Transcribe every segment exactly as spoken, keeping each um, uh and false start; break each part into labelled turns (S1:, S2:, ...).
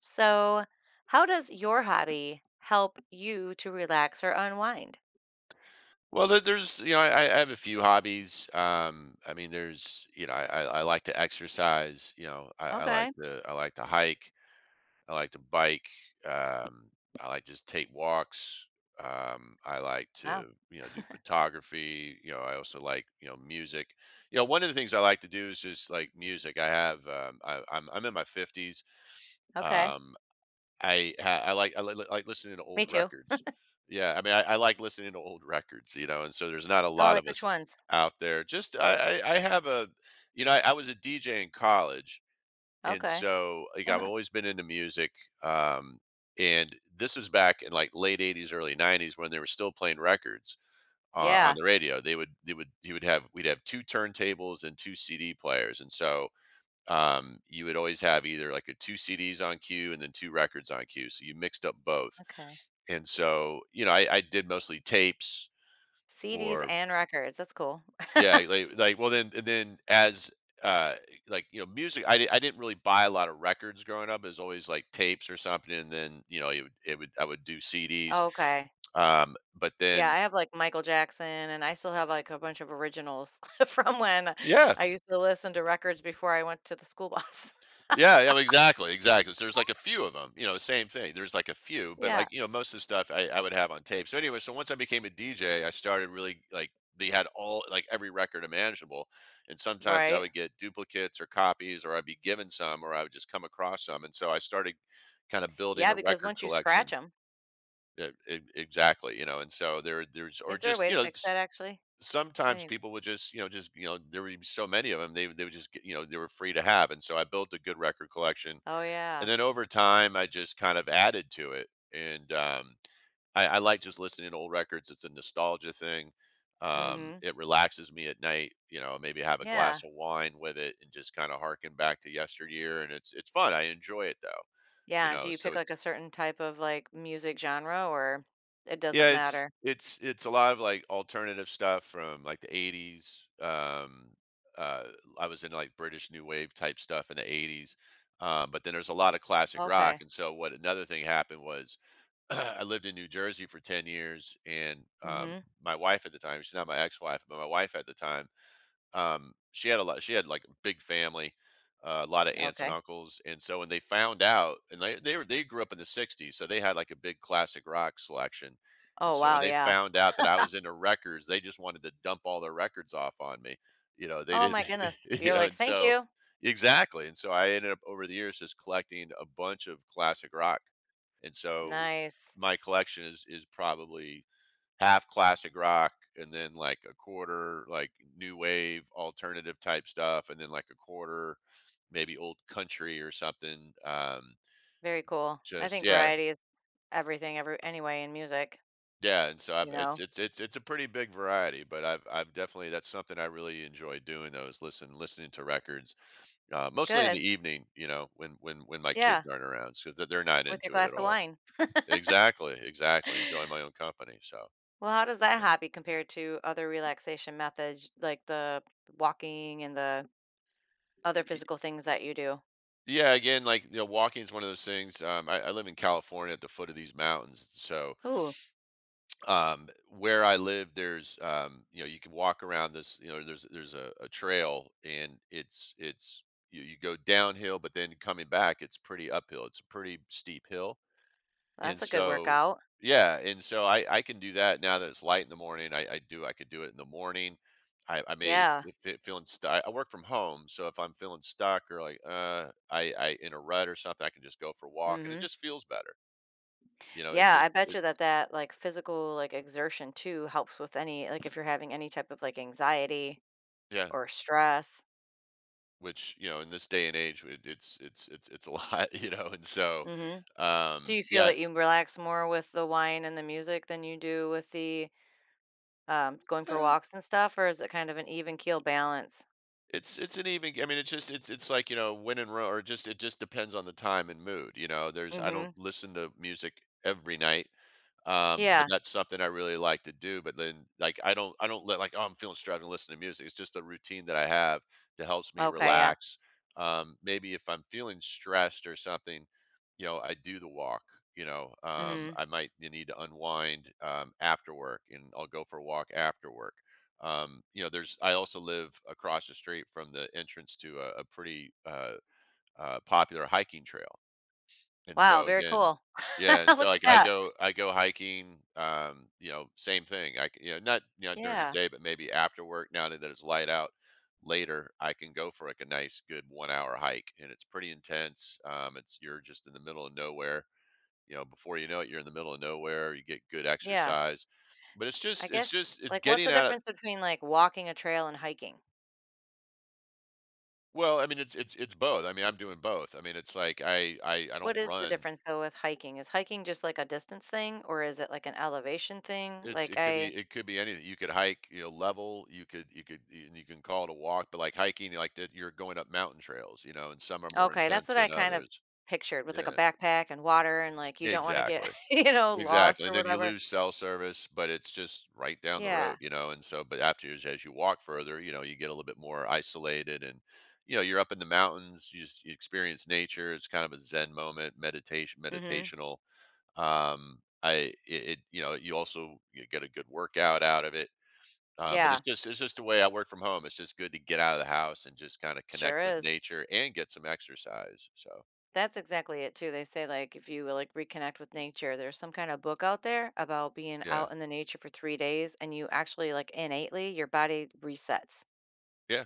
S1: So, how does your hobby help you to relax or unwind?
S2: Well, there, there's you know I, I have a few hobbies. Um, I mean, there's you know I, I, I like to exercise. You know, I, I like
S1: Okay.
S2: to I like to hike. I like to bike. Um, I like just take walks. Um, I like
S1: Wow.
S2: to you know do photography. You know, I also like you know music. You know, one of the things I like to do is just like music. I have um, I, I'm I'm in my fifties.
S1: Okay.
S2: Um, I ha I like I li like listening to
S1: Me
S2: old
S1: too.
S2: records. Yeah, I mean, I I like listening to old records, you know, and so there's not a
S1: Oh,
S2: lot
S1: like
S2: of
S1: which
S2: us
S1: ones?
S2: out there. Just I I I have a you know, I I was a D J in college, and
S1: Okay.
S2: so, like, I've always been into music, um, and this was back in, like, late eighties, early nineties when they were still playing records o on
S1: Yeah.
S2: the radio. They would they would he would have we'd have two turntables and two C D players, and so um, you would always have either like a two C Ds on cue and then two records on cue. So you mixed up both.
S1: Okay.
S2: And so, you know, I, I did mostly tapes
S1: C Ds
S2: or
S1: and records. That's cool.
S2: yeah, like, like well then and then as uh like you know music I, di- I didn't really buy a lot of records growing up. It was always like tapes or something. And then you know it would, it would i would do cds,
S1: Okay.
S2: um but
S1: Yeah,
S2: then
S1: I have like Michael Jackson and I still have like a bunch of originals from when
S2: yeah.
S1: I used to listen to records before I went to the school bus.
S2: Yeah, yeah, exactly, exactly. So there's like a few of them, you know, same thing. There's like a few, but
S1: Yeah.
S2: like, you know, most of the stuff I, I would have on tape. So anyway, so once I became a D J, I started really like they had all like every record imaginable. And sometimes I
S1: Right.
S2: would get duplicates or copies or I'd be given some or I would just come across some. And so I started kind of building
S1: Yeah,
S2: a
S1: because
S2: record
S1: once you scratch
S2: collection.
S1: them,
S2: e- e- Exactly, you know, and so there there's or
S1: is there a
S2: just,
S1: way to
S2: you know,
S1: fix that
S2: just
S1: actually? I
S2: sometimes
S1: need,
S2: people would just you know just you know there would be so many of them, they, they would just get, you know, they were free to have. And so I built a good record collection,
S1: oh yeah.
S2: and then over time, I just kind of added to it. And um, I, I like just listening to old records. It's a nostalgia thing. Um,
S1: Mhm.
S2: it relaxes me at night. You know, maybe have a
S1: Yeah.
S2: glass of wine with it and just kind of harken back to yesteryear. And it's it's fun. I enjoy it though. You
S1: Yeah, do
S2: know,
S1: you pick,
S2: so
S1: like,
S2: it's
S1: a certain type of, like, music genre or it doesn't
S2: yeah, it's
S1: matter?
S2: it's it's a lot of like alternative stuff from like the eighties. Um, uh, I was into like British new wave type stuff in the eighties. Um, but then there's a lot of classic rock.
S1: Okay.
S2: And so what another thing happened was I lived in New Jersey for ten years. And um
S1: Mhm.
S2: My wife at the time, she's not my ex-wife, but my wife at the time, um she had a lot she had like a big family, uh, a lot of aunts and
S1: Okay.
S2: uncles. And so when they found out and they they were they grew up in the sixties, so they had like a big classic rock selection. And
S1: Oh,
S2: so when
S1: wow,
S2: they
S1: yeah.
S2: found out that I was into records, they just wanted to dump all their records off on me. You know, they
S1: Oh
S2: did
S1: my goodness.
S2: you
S1: You're
S2: know,
S1: like,
S2: and
S1: "Thank
S2: so
S1: you."
S2: exactly. And so I ended up over the years just collecting a bunch of classic rock. And so
S1: Nice.
S2: my collection is is probably half classic rock and then like a quarter like new wave alternative type stuff, and then like a quarter maybe old country or something. um
S1: Very cool. I
S2: just
S1: think
S2: yeah
S1: variety is everything every anyway in music,
S2: Yeah, and so
S1: you
S2: I've it's
S1: know?
S2: it's it's it's a pretty big variety, but i've i've definitely, that's something I really enjoy doing, though, is listen listening to records, uh, mostly in
S1: Good.
S2: the evening, you know, when when when my kids
S1: Yeah,
S2: aren't around, because they're not
S1: with your
S2: into it at
S1: glass of
S2: all.
S1: wine.
S2: Exactly, exactly, enjoy my own company. So
S1: Well, how does that
S2: yeah.
S1: hobby compare to other relaxation methods, like the walking and the other physical things that you do?
S2: Yeah, again, like you know, walking is one of those things. Um, I, I live in California at the foot of these mountains, so
S1: Ooh,
S2: um, where I live, there's um, you know, you can walk around this. You know, there's there's a, a trail, and it's it's you, you go downhill, but then coming back, it's pretty uphill. It's a pretty steep hill,
S1: that's
S2: and
S1: a good
S2: so
S1: workout.
S2: yeah. And so I I can do that now that it's light in the morning. I I do I could do it in the morning. I I may if,
S1: Yeah.
S2: if it feeling stuck. I work from home, so if I'm feeling stuck or like uh I I in a rut or something, I can just go for a walk and it
S1: Mhm.
S2: just feels better. You know, it's
S1: Yeah, I
S2: just
S1: bet you
S2: it's
S1: that that, like, physical, like, exertion too helps with any like, if you're having any type of, like, anxiety
S2: Yeah,
S1: or stress.
S2: which you know in this day and age it, it's it's it's it's a lot, you know. And so
S1: Mhm. Do
S2: um
S1: you feel
S2: yeah.
S1: that you relax more with the wine and the music than you do with the, um, going for walks and stuff, or is it kind of an even keel balance?
S2: It's it's an even, I mean, it's just it's it's like, you know, win and row. Or just it just depends on the time and mood, you know? There's I don't
S1: Mhm.
S2: listen to music every night. Um, but
S1: Yeah.
S2: that's something I really like to do. But then, like, I don't, I don't let like, oh, I'm feeling stressed and listen to music. It's just a routine that I have that helps me
S1: Okay, yeah.
S2: relax. Um, maybe if I'm feeling stressed or something, you know, I do the walk. You know, um,
S1: Mhm.
S2: I might you need to unwind, um, after work, and I'll go for a walk after work. Um, you know, there's. I also live across the street from the entrance to a, a pretty uh, uh, popular hiking trail, and
S1: Wow,
S2: so
S1: very
S2: again
S1: cool.
S2: yeah. And so,
S1: Look at
S2: like, I
S1: that.
S2: go I go hiking, um, you know, same thing, I c you know, not you know, during the
S1: Yeah,
S2: day, but maybe after work, now that it's light out, later, I can go for, like, a nice good one-hour hike, and it's pretty intense. um, it's You're just in the middle of nowhere, you know, before you know it, you're in the middle of nowhere, you get good
S1: yeah.
S2: exercise, but it's
S1: I
S2: just it's
S1: guess
S2: just it's
S1: like, what's
S2: getting
S1: the
S2: out of.
S1: difference between, like, walking a trail and hiking?
S2: Well, I mean, it's it's it's both. I mean, I'm doing both. I mean, it's like I I I
S1: What
S2: don't
S1: is the
S2: run.
S1: difference though with hiking? Is hiking just like a distance thing or is it like an elevation thing?
S2: It's
S1: Like
S2: it could
S1: I
S2: be it could be anything. You could hike, you know, level. You could you could y- You can call it a walk, but like hiking, like that, you're going up mountain trails, you know, and some are more
S1: okay, that's
S2: intense
S1: what I
S2: than
S1: kind of
S2: others.
S1: pictured with like a
S2: Yeah,
S1: backpack and water and like you don't want to get,
S2: exactly,
S1: you know, lost
S2: exactly. And
S1: or
S2: then you
S1: whatever.
S2: lose cell service, but it's just right down the
S1: Yeah.
S2: road, you know. And so, but after as as you walk further, you know, you get a little bit more isolated, and you know, you're up in the mountains. You just you experience nature. It's kind of a Zen moment, meditation,
S1: mm Mhm.
S2: meditational. Um i it, it you know you also you get a good workout out of it. Uh, but it's
S1: Yeah,
S2: just it's just the way I work from home. It's just good to get out of the house and just kind of
S1: sure
S2: connect with
S1: is.
S2: nature and get some exercise. So
S1: That's exactly it too. They say like if you like reconnect with nature, there's some kind of book out there about being
S2: yeah,
S1: out in the nature for three days and you actually like innately your body resets.
S2: yeah,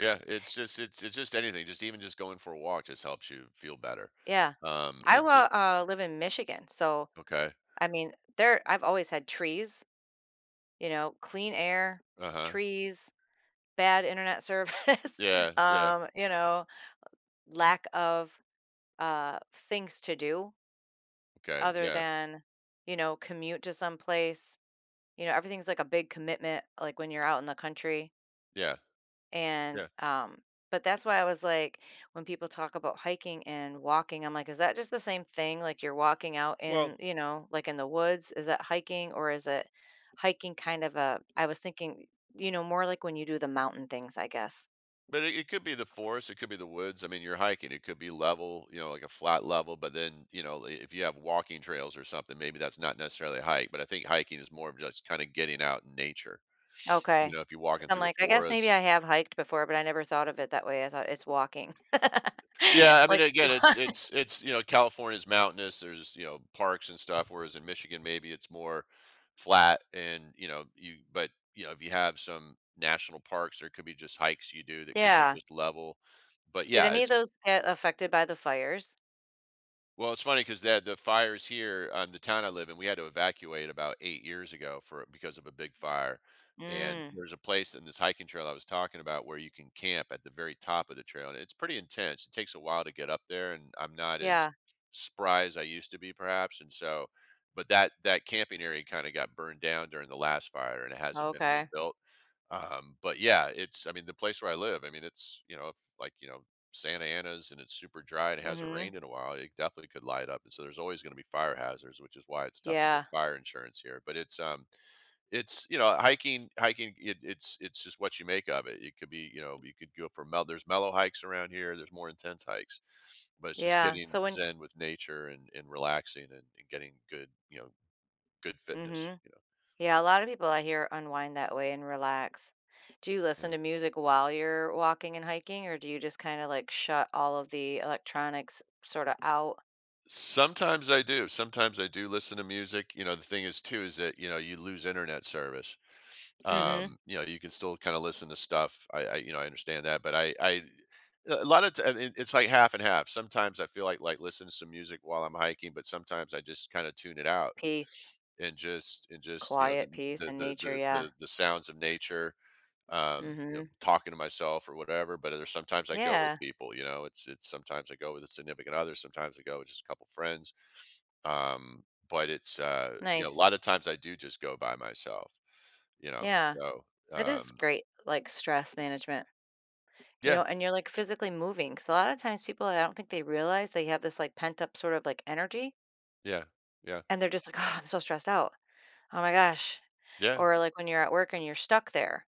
S2: yeah. It's just it's it's just anything. Just even just going for a walk just helps you feel better.
S1: Yeah.
S2: Um,
S1: I
S2: it
S1: wa
S2: just
S1: uh, live in Michigan. So
S2: Okay.
S1: I mean, there I've always had trees, you know, clean air,
S2: Uh huh.
S1: trees, bad internet service,
S2: Yeah, yeah.
S1: um, you know, lack of uh things to do
S2: Okay.
S1: other
S2: Yeah,
S1: than, you know, commute to some place. You know, everything's like a big commitment like when you're out in the country.
S2: yeah,
S1: And,
S2: yeah.
S1: um, but that's why I was like, when people talk about hiking and walking, I'm like, is that just the same thing? Like you're walking out
S2: Well,
S1: in, you know, like in the woods? Is that hiking or is it hiking kind of a, I was thinking, you know, more like when you do the mountain things, I guess.
S2: but it, it could be the forest. It could be the woods. I mean, you're hiking. It could be level. You know, like a flat level. But then you know, i- if you have walking trails or something, maybe that's not necessarily a hike. But I think hiking is more of just kind of getting out in nature. You
S1: Okay.
S2: know, if you're
S1: Cause
S2: walking
S1: I'm
S2: through a
S1: like, I guess maybe
S2: forest.
S1: I have hiked before, but I never thought of it that way. I thought it's walking.
S2: Yeah, I mean,
S1: like,
S2: again, it's it's it's, you know, California's mountainous, there's, you know, parks and stuff, whereas in Michigan, maybe it's more flat. And, you know, you but, you know, if you have some national parks, there could be just hikes you do that could be
S1: yeah.
S2: just level. But
S1: Did
S2: yeah,
S1: any of
S2: it's
S1: those get affected by the fires?
S2: well, it's funny because the the fires here on the town I live in, we had to evacuate about eight years ago for because of a big fire. And
S1: Mm,
S2: there's a place in this hiking trail I was talking about where you can camp at the very top of the trail, and it's pretty intense. It takes a while to get up there, and I'm not as
S1: yeah.
S2: spry as I used to be, perhaps. And so, but that that camping area kind of got burned down during the last fire, and it hasn't been
S1: Okay.
S2: rebuilt. Um but yeah, it's, I mean, the place where I live, I mean, it's, you know, if like, you know, Santa Ana's and it's super dry and it hasn't
S1: Mm-hmm.
S2: rained in a while, it definitely could light up. And so there's always going to be fire hazards, which is why it's tough to get
S1: Yeah.
S2: fire insurance here. But it's um it's you know hiking hiking it, it's it's just what you make of it. It could be, you know, you could go for mel there's mellow hikes around here, there's more intense hikes, but it's just
S1: Yeah,
S2: getting
S1: so when
S2: zen with nature and and relaxing, and, and getting good, you know, good fitness,
S1: mhm.
S2: you
S1: Yeah, a lot of people I hear unwind that way and relax. Do you listen
S2: know.
S1: to music while you're walking and hiking, or do you just kinda, like, shut all of the electronics sorta out?
S2: Sometimes I do. Sometimes I do listen to music. You know, the thing is too is that, you know, you lose internet service.
S1: Mhm.
S2: Um, you know, you can still kind of listen to stuff. I, I, you know, I understand that, but I, I, a lot of t- I mean, it's like half and half. Sometimes I feel like like listening to some music while I'm hiking, but sometimes I just kind of tune it out
S1: Peace,
S2: and just and just you know the
S1: quiet, peace,
S2: the
S1: and
S2: the
S1: nature,
S2: the
S1: yeah.
S2: the, the sounds of nature. Um, you know,
S1: Mhm.
S2: talking to myself or whatever. But there's sometimes I go
S1: Yeah,
S2: with people, you know, it's it's sometimes I go with a significant other, sometimes I go with just a couple friends. Um, but it's, uh, you know, a
S1: nice.
S2: lot of times I do just go by myself, you know.
S1: Yeah,
S2: So
S1: that is
S2: um
S1: great, like, stress management, you
S2: yeah,
S1: know, and you're, like, physically moving because a lot of times people, I don't think they realize they have this, like, pent up sort of, like, energy,
S2: yeah, yeah,
S1: and they're just like, "Oh, I'm so stressed out. Oh my gosh."
S2: yeah.
S1: Or like when you're at work and you're stuck there,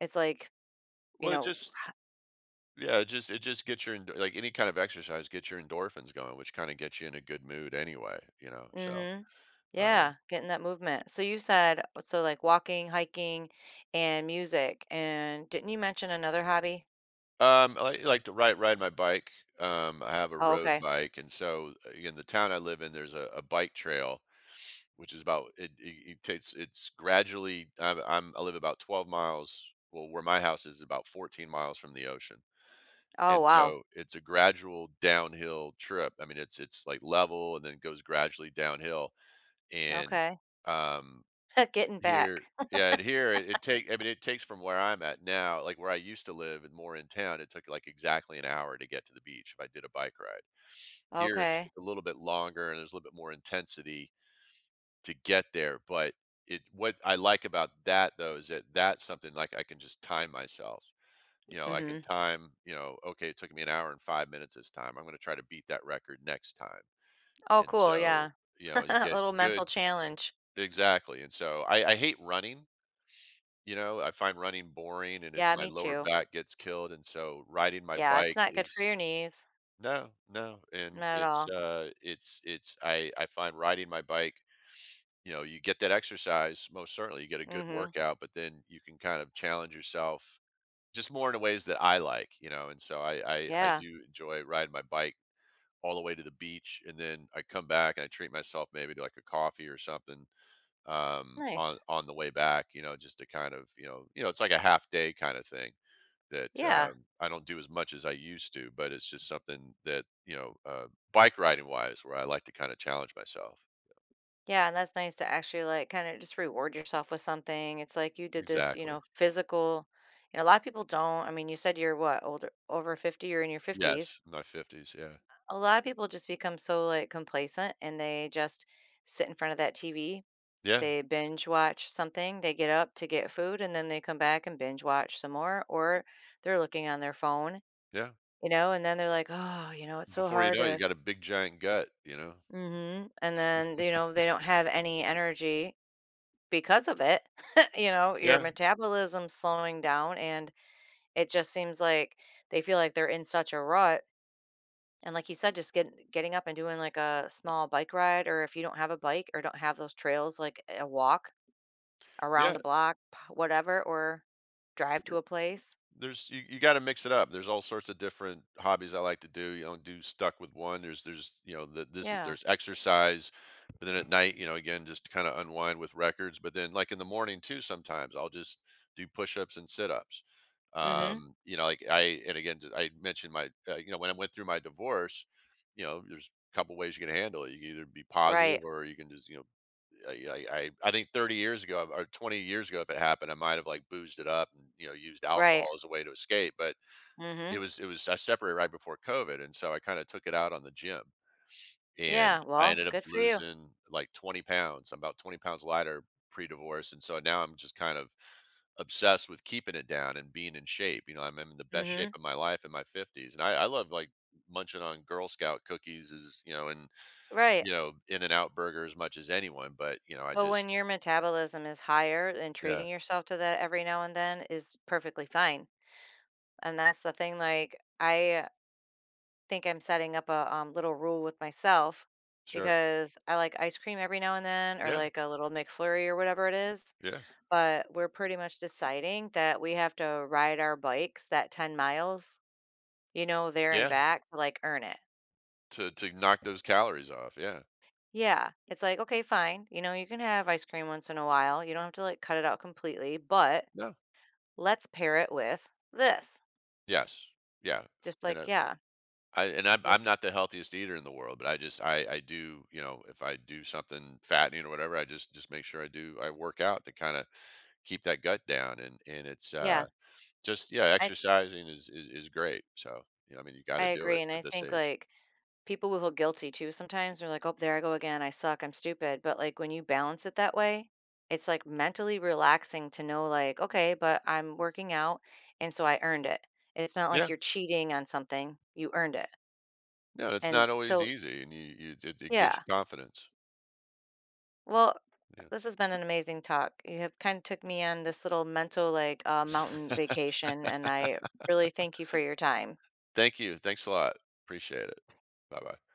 S1: it's like, you
S2: Well it
S1: know
S2: just Yeah, it just it just gets your endo- like any kind of exercise gets your endorphins going, which kind of gets you in a good mood anyway, you know. So
S1: mhm,
S2: uh,
S1: yeah, getting that movement. So you said uh, so like walking, hiking, and music, and didn't you mention another hobby?
S2: Um, I like like to ride ride my bike. Um, I have a
S1: Oh,
S2: road
S1: okay.
S2: bike, and so in the town I live in, there's a, a bike trail, which is about it, it, it takes it's gradually. I'm, I'm I live about twelve miles. Well, where my house is, about fourteen miles from the ocean,
S1: Oh,
S2: and
S1: wow.
S2: so it's a gradual downhill trip. I mean, it's it's like level and then goes gradually downhill, and
S1: Okay.
S2: um
S1: Getting back.
S2: here yeah, and here it it take I mean, it takes from where I'm at now, like where I used to live and more in town, it took like exactly an hour to get to the beach if I did a bike ride. Here, it's
S1: Okay.
S2: it's a little bit longer, and there's a little bit more intensity to get there, but it what I like about that, though, is that that's something like I can just time myself. You know, I can
S1: Mhm.
S2: time, you know, "Okay, it took me an hour and five minutes this time. I'm gonna try to beat that record next time."
S1: Oh,
S2: And
S1: cool,
S2: so,
S1: yeah.
S2: you know, you
S1: A
S2: get
S1: little mental
S2: good.
S1: challenge.
S2: Exactly, and so I I hate running. You know, I find running boring, and it,
S1: Yeah,
S2: my
S1: me
S2: lower
S1: too.
S2: back gets killed, and so riding my
S1: Yeah, it's
S2: bike
S1: not good for
S2: is,
S1: your knees.
S2: no, no, and
S1: Not at
S2: it's,
S1: all.
S2: uh, it's, it's I I find riding my bike, you know, you get that exercise, most certainly, you get a good
S1: Mhm.
S2: workout, but then you can kind of challenge yourself just more in the ways that I like, you know, and so I I I
S1: Yeah.
S2: do enjoy riding my bike all the way to the beach, and then I come back and I treat myself maybe to like a coffee or something, um, on
S1: Nice.
S2: on the way back, you know, just to kind of, you know, you know, it's like a half day kind of thing that,
S1: Yeah.
S2: um, I don't do as much as I used to, but it's just something that, you know, uh, bike riding wise, where I like to kind of challenge myself.
S1: Yeah, and that's nice to actually, like, kinda just reward yourself with something. It's like you did this, you
S2: Exactly.
S1: know, physical and a lot of people don't. I mean, you said you're what, older over fifty, you're in your fifties.
S2: Yes, in my fifties. Yeah.
S1: A lot of people just become so, like, complacent and they just sit in front of that T V.
S2: Yeah.
S1: They binge watch something, they get up to get food, and then they come back and binge watch some more, or they're looking on their phone,
S2: Yeah.
S1: you know, and then they're like, "Oh, you know, it's so
S2: Before you
S1: hard
S2: know it, you
S1: to."
S2: got a big giant gut. You know.
S1: Mhm, and then, you know, they don't have any energy because of it, you know, your
S2: Yeah.
S1: metabolism's slowing down and it just seems like they feel like they're in such a rut. And like you said, just get, getting up and doing like a small bike ride, or if you don't have a bike or don't have those trails, like a walk around
S2: Yeah.
S1: the block, p- whatever, or drive to a place.
S2: There's, you, you got to mix it up. There's all sorts of different hobbies I like to do. You don't do stuck with one. There's there's you know that this is
S1: Yeah.
S2: there's exercise, but then at night, you know, again, just kind of unwind with records. But then like in the morning too, sometimes I'll just do push-ups and sit-ups.
S1: Mm-hmm.
S2: Um, you know, like, I and again just- I mentioned my, uh, you know, when I went through my divorce, you know, there's a couple ways you can handle it. You can either be positive
S1: Right.
S2: or you can just, you know, I I I think thirty years ago or twenty years ago, if it happened, I might have like boozed it up and, you know, used
S1: Right.
S2: alcohol as a way to escape. But
S1: Mm-hmm.
S2: it was it was I separated right before COVID, and so I kind of took it out on the gym, and
S1: Yeah.
S2: I
S1: Well,
S2: ended up
S1: good for you.
S2: losing like twenty pounds. I'm about twenty pounds lighter pre-divorce, and so now I'm just kind of obsessed with keeping it down and being in shape. You know, I'm in the best shape
S1: Mm-hmm.
S2: of my life in my fifties, and I, I love like munching on Girl Scout cookies, is, you know, and
S1: Right.
S2: you know, In and Out Burger as much as anyone. But you know, I
S1: But
S2: just,
S1: when your metabolism is higher and treating
S2: yeah.
S1: yourself to that every now and then is perfectly fine. And that's the thing, like, I think I'm setting up a, um, little rule with myself
S2: Sure.
S1: because I like ice cream every now and then or
S2: Yeah,
S1: like a little McFlurry or whatever it is,
S2: yeah,
S1: but we're pretty much deciding that we have to ride our bikes that ten miles, you know, there and
S2: yeah,
S1: back to like earn it.
S2: to to knock those calories off, yeah.
S1: Yeah. It's like, okay, fine. You know, you can have ice cream once in a while. You don't have to like cut it out completely, but
S2: No,
S1: let's pair it with this.
S2: yes, yeah,
S1: Just
S2: and
S1: like,
S2: I,
S1: yeah.
S2: I and I'm
S1: those-
S2: I'm not the healthiest eater in the world, but I just I I do, you know, if I do something fattening or whatever, I just, just make sure I do I work out to kind of keep that gut down, and and it's,
S1: Yeah.
S2: uh just, yeah,
S1: I
S2: exercising is is is great. So you know, I mean, you got
S1: I
S2: to do it
S1: agree and
S2: at
S1: I
S2: this
S1: think
S2: age.
S1: like people will feel guilty too sometimes. They're like, oh, there I go again. I suck. I'm stupid. But like when you balance it that way, it's like mentally relaxing to know, like, okay, but I'm working out. And so I earned it. It's not like
S2: Yeah,
S1: you're cheating on something, you earned it.
S2: no, it's
S1: And
S2: not always
S1: so,
S2: easy, and you, you it, it gives
S1: yeah.
S2: you confidence.
S1: Well,
S2: Yeah,
S1: this has been an amazing talk. You have kind of took me on this little mental, like, uh, mountain vacation. And I really thank you for your time.
S2: thank you, thanks a lot, appreciate it. Bye bye.